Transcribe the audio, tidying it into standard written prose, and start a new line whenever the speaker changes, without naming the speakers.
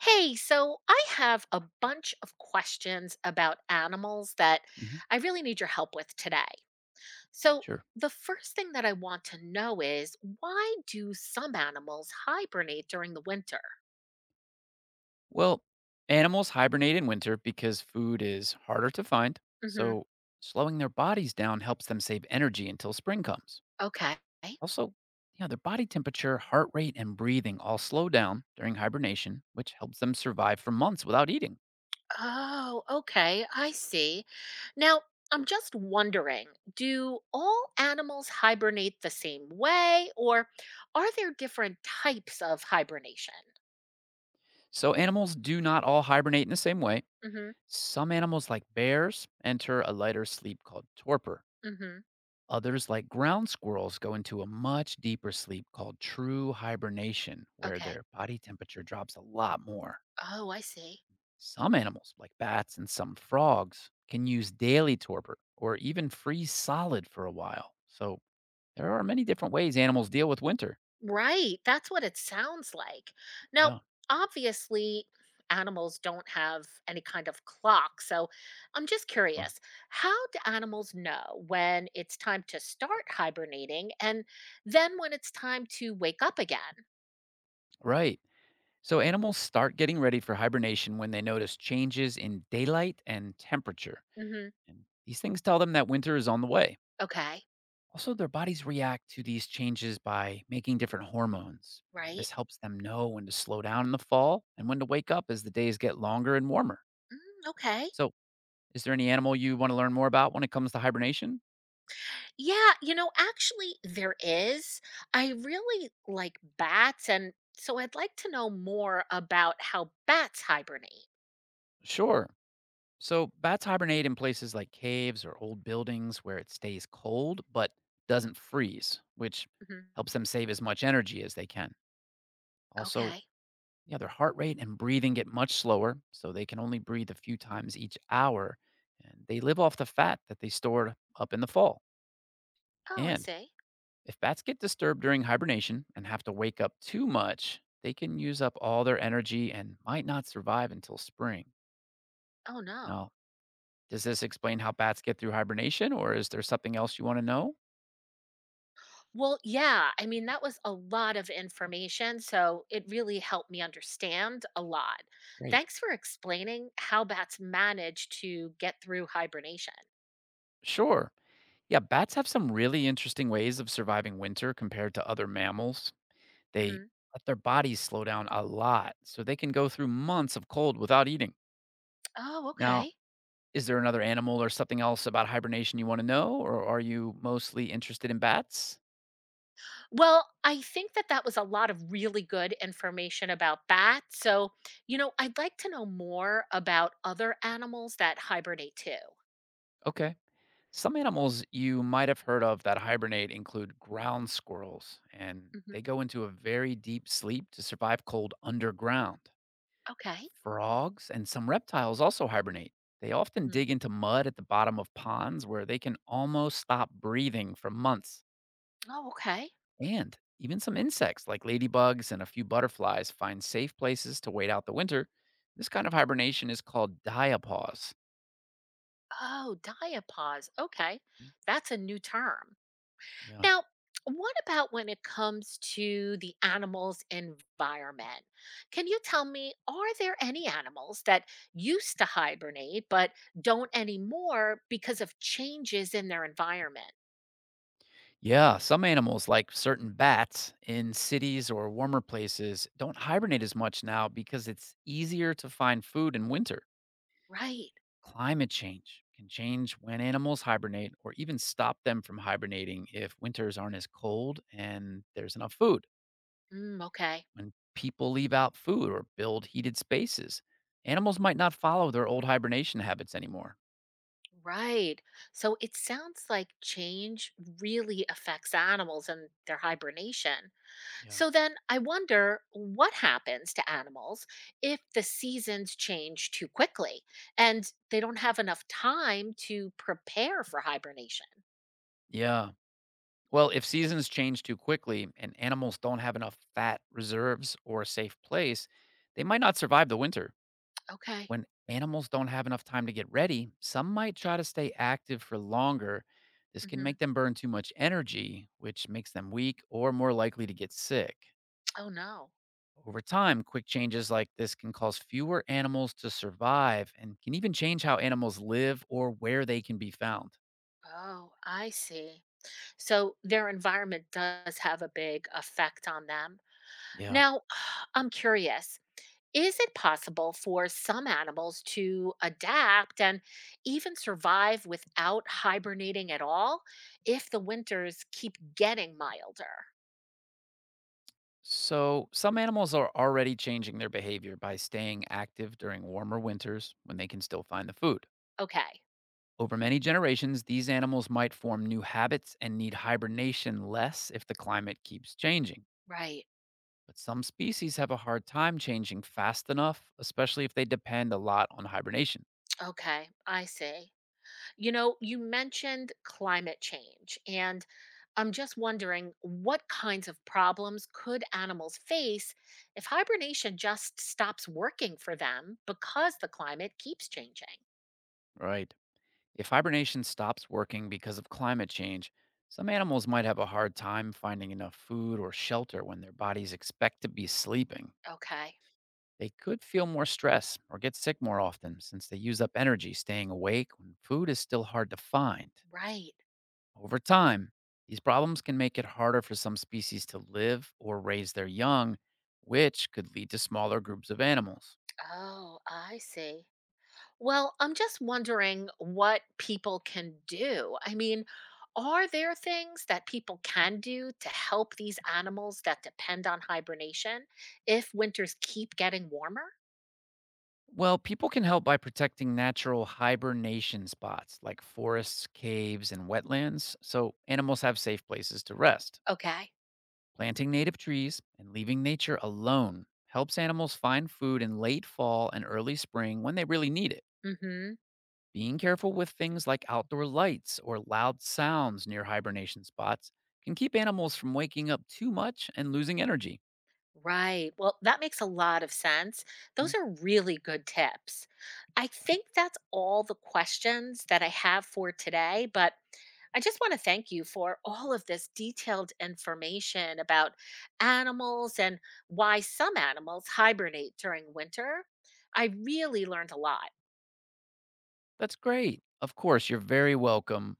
Hey, so I have a bunch of questions about animals that
Mhm.
I really need your help with today. So,
Sure.
the first thing that I want to know is why do some animals hibernate during the winter?
Well, animals hibernate in winter because food is harder to find.
Hmm.
So, slowing their bodies down helps them save energy until spring comes.
Okay.
Also, yeah, their body temperature, heart rate, and breathing all slow down during hibernation, which helps them survive for months without eating.
Oh, okay. I see. Now, I'm just wondering, do all animals hibernate the same way, or are there different types of hibernation?
So, animals do not all hibernate in the same way.
Hmm.
Some animals, like bears, enter a lighter sleep called torpor.
Hmm.
Others, like ground squirrels, go into a much deeper sleep called true hibernation, where
Okay.
their body temperature drops a lot more.
Oh, I see.
Some animals, like bats and some frogs, can use daily torpor or even freeze solid for a while. So there are many different ways animals deal with winter.
Right, that's what it sounds like. Now,
Yeah,
obviously, animals don't have any kind of clock, so I'm just
sure.
curious, how do animals know when it's time to start hibernating and then when it's time to wake up again?
Right. So animals start getting ready for hibernation when they notice changes in daylight and temperature.
Hmm.
And these things tell them that winter is on the way.
Okay,
Also, their bodies react to these changes by making different hormones.
right.
This helps them know when to slow down in the fall and when to wake up as the days get longer and warmer.
Mm, okay.
So, is there any animal you want to learn more about when it comes to hibernation?
Yeah, actually, there is. I really like bats, and so I'd like to know more about how bats hibernate.
Sure. So, bats hibernate in places like caves or old buildings where it stays cold but doesn't freeze, which
Hmm.
helps them save as much energy as they can. Also,
Okay.
yeah, their heart rate and breathing get much slower, so they can only breathe a few times each hour. And they live off the fat that they stored up in the fall.
Oh, I
And
see.
if bats get disturbed during hibernation and have to wake up too much, they can use up all their energy and might not survive until spring.
Oh, no.
Now, does this explain how bats get through hibernation, or is there something else you want to know?
Well, yeah. I mean, that was a lot of information. So it really helped me understand a lot.
Great.
Thanks for explaining how bats manage to get through hibernation.
Sure. Yeah, bats have some really interesting ways of surviving winter compared to other mammals. They
Hmm.
let their bodies slow down a lot, so they can go through months of cold without eating.
Oh,
Now,
okay.
is there another animal or something else about hibernation you want to know, or are you mostly interested in bats?
Well, I think that that was a lot of really good information about bats. So, I'd like to know more about other animals that hibernate too.
Okay. Some animals you might have heard of that hibernate include ground squirrels, and
Hmm.
they go into a very deep sleep to survive cold underground.
Okay.
Frogs and some reptiles also hibernate. They often
Hmm.
dig into mud at the bottom of ponds where they can almost stop breathing for months.
Oh, okay.
And even some insects like ladybugs and a few butterflies find safe places to wait out the winter. This kind of hibernation is called diapause.
Oh, diapause. Okay. That's a new term.
Yeah.
Now, what about when it comes to the animal's environment? Can you tell me, are there any animals that used to hibernate but don't anymore because of changes in their environment?
Yeah. Some animals, like certain bats in cities or warmer places, don't hibernate as much now because it's easier to find food in winter.
Right.
Climate change can change when animals hibernate or even stop them from hibernating if winters aren't as cold and there's enough food.
Mm, okay.
When people leave out food or build heated spaces, animals might not follow their old hibernation habits anymore.
Right. So it sounds like change really affects animals and their hibernation.
Yeah.
So then I wonder what happens to animals if the seasons change too quickly and they don't have enough time to prepare for hibernation.
Yeah. Well, if seasons change too quickly and animals don't have enough fat reserves or a safe place, they might not survive the winter.
Okay.
When animals don't have enough time to get ready, some might try to stay active for longer. This can
Hmm.
make them burn too much energy, which makes them weak or more likely to get sick.
Oh, no.
Over time, quick changes like this can cause fewer animals to survive and can even change how animals live or where they can be found.
Oh, I see. So their environment does have a big effect on them.
Yeah.
Now, I'm curious. Is it possible for some animals to adapt and even survive without hibernating at all if the winters keep getting milder?
So, some animals are already changing their behavior by staying active during warmer winters when they can still find the food.
Okay,
Over many generations, these animals might form new habits and need hibernation less if the climate keeps changing.
right.
But some species have a hard time changing fast enough, especially if they depend a lot on hibernation.
Okay, I see. You know, you mentioned climate change, and I'm just wondering what kinds of problems could animals face if hibernation just stops working for them because the climate keeps changing?
Right. If hibernation stops working because of climate change, some animals might have a hard time finding enough food or shelter when their bodies expect to be sleeping.
Okay,
They could feel more stress or get sick more often since they use up energy staying awake when food is still hard to find.
right.
Over time, these problems can make it harder for some species to live or raise their young, which could lead to smaller groups of animals.
Oh, I see. Well, I'm just wondering what people can do. I mean, are there things that people can do to help these animals that depend on hibernation if winters keep getting warmer?
Well, people can help by protecting natural hibernation spots like forests, caves, and wetlands, so animals have safe places to rest.
Okay.
Planting native trees and leaving nature alone helps animals find food in late fall and early spring when they really need it.
Mm hmm.
Being careful with things like outdoor lights or loud sounds near hibernation spots can keep animals from waking up too much and losing energy.
Right. Well, that makes a lot of sense. Those
Mm.
are really good tips. I think that's all the questions that I have for today, but I just want to thank you for all of this detailed information about animals and why some animals hibernate during winter. I really learned a lot.
That's great. Of course, you're very welcome.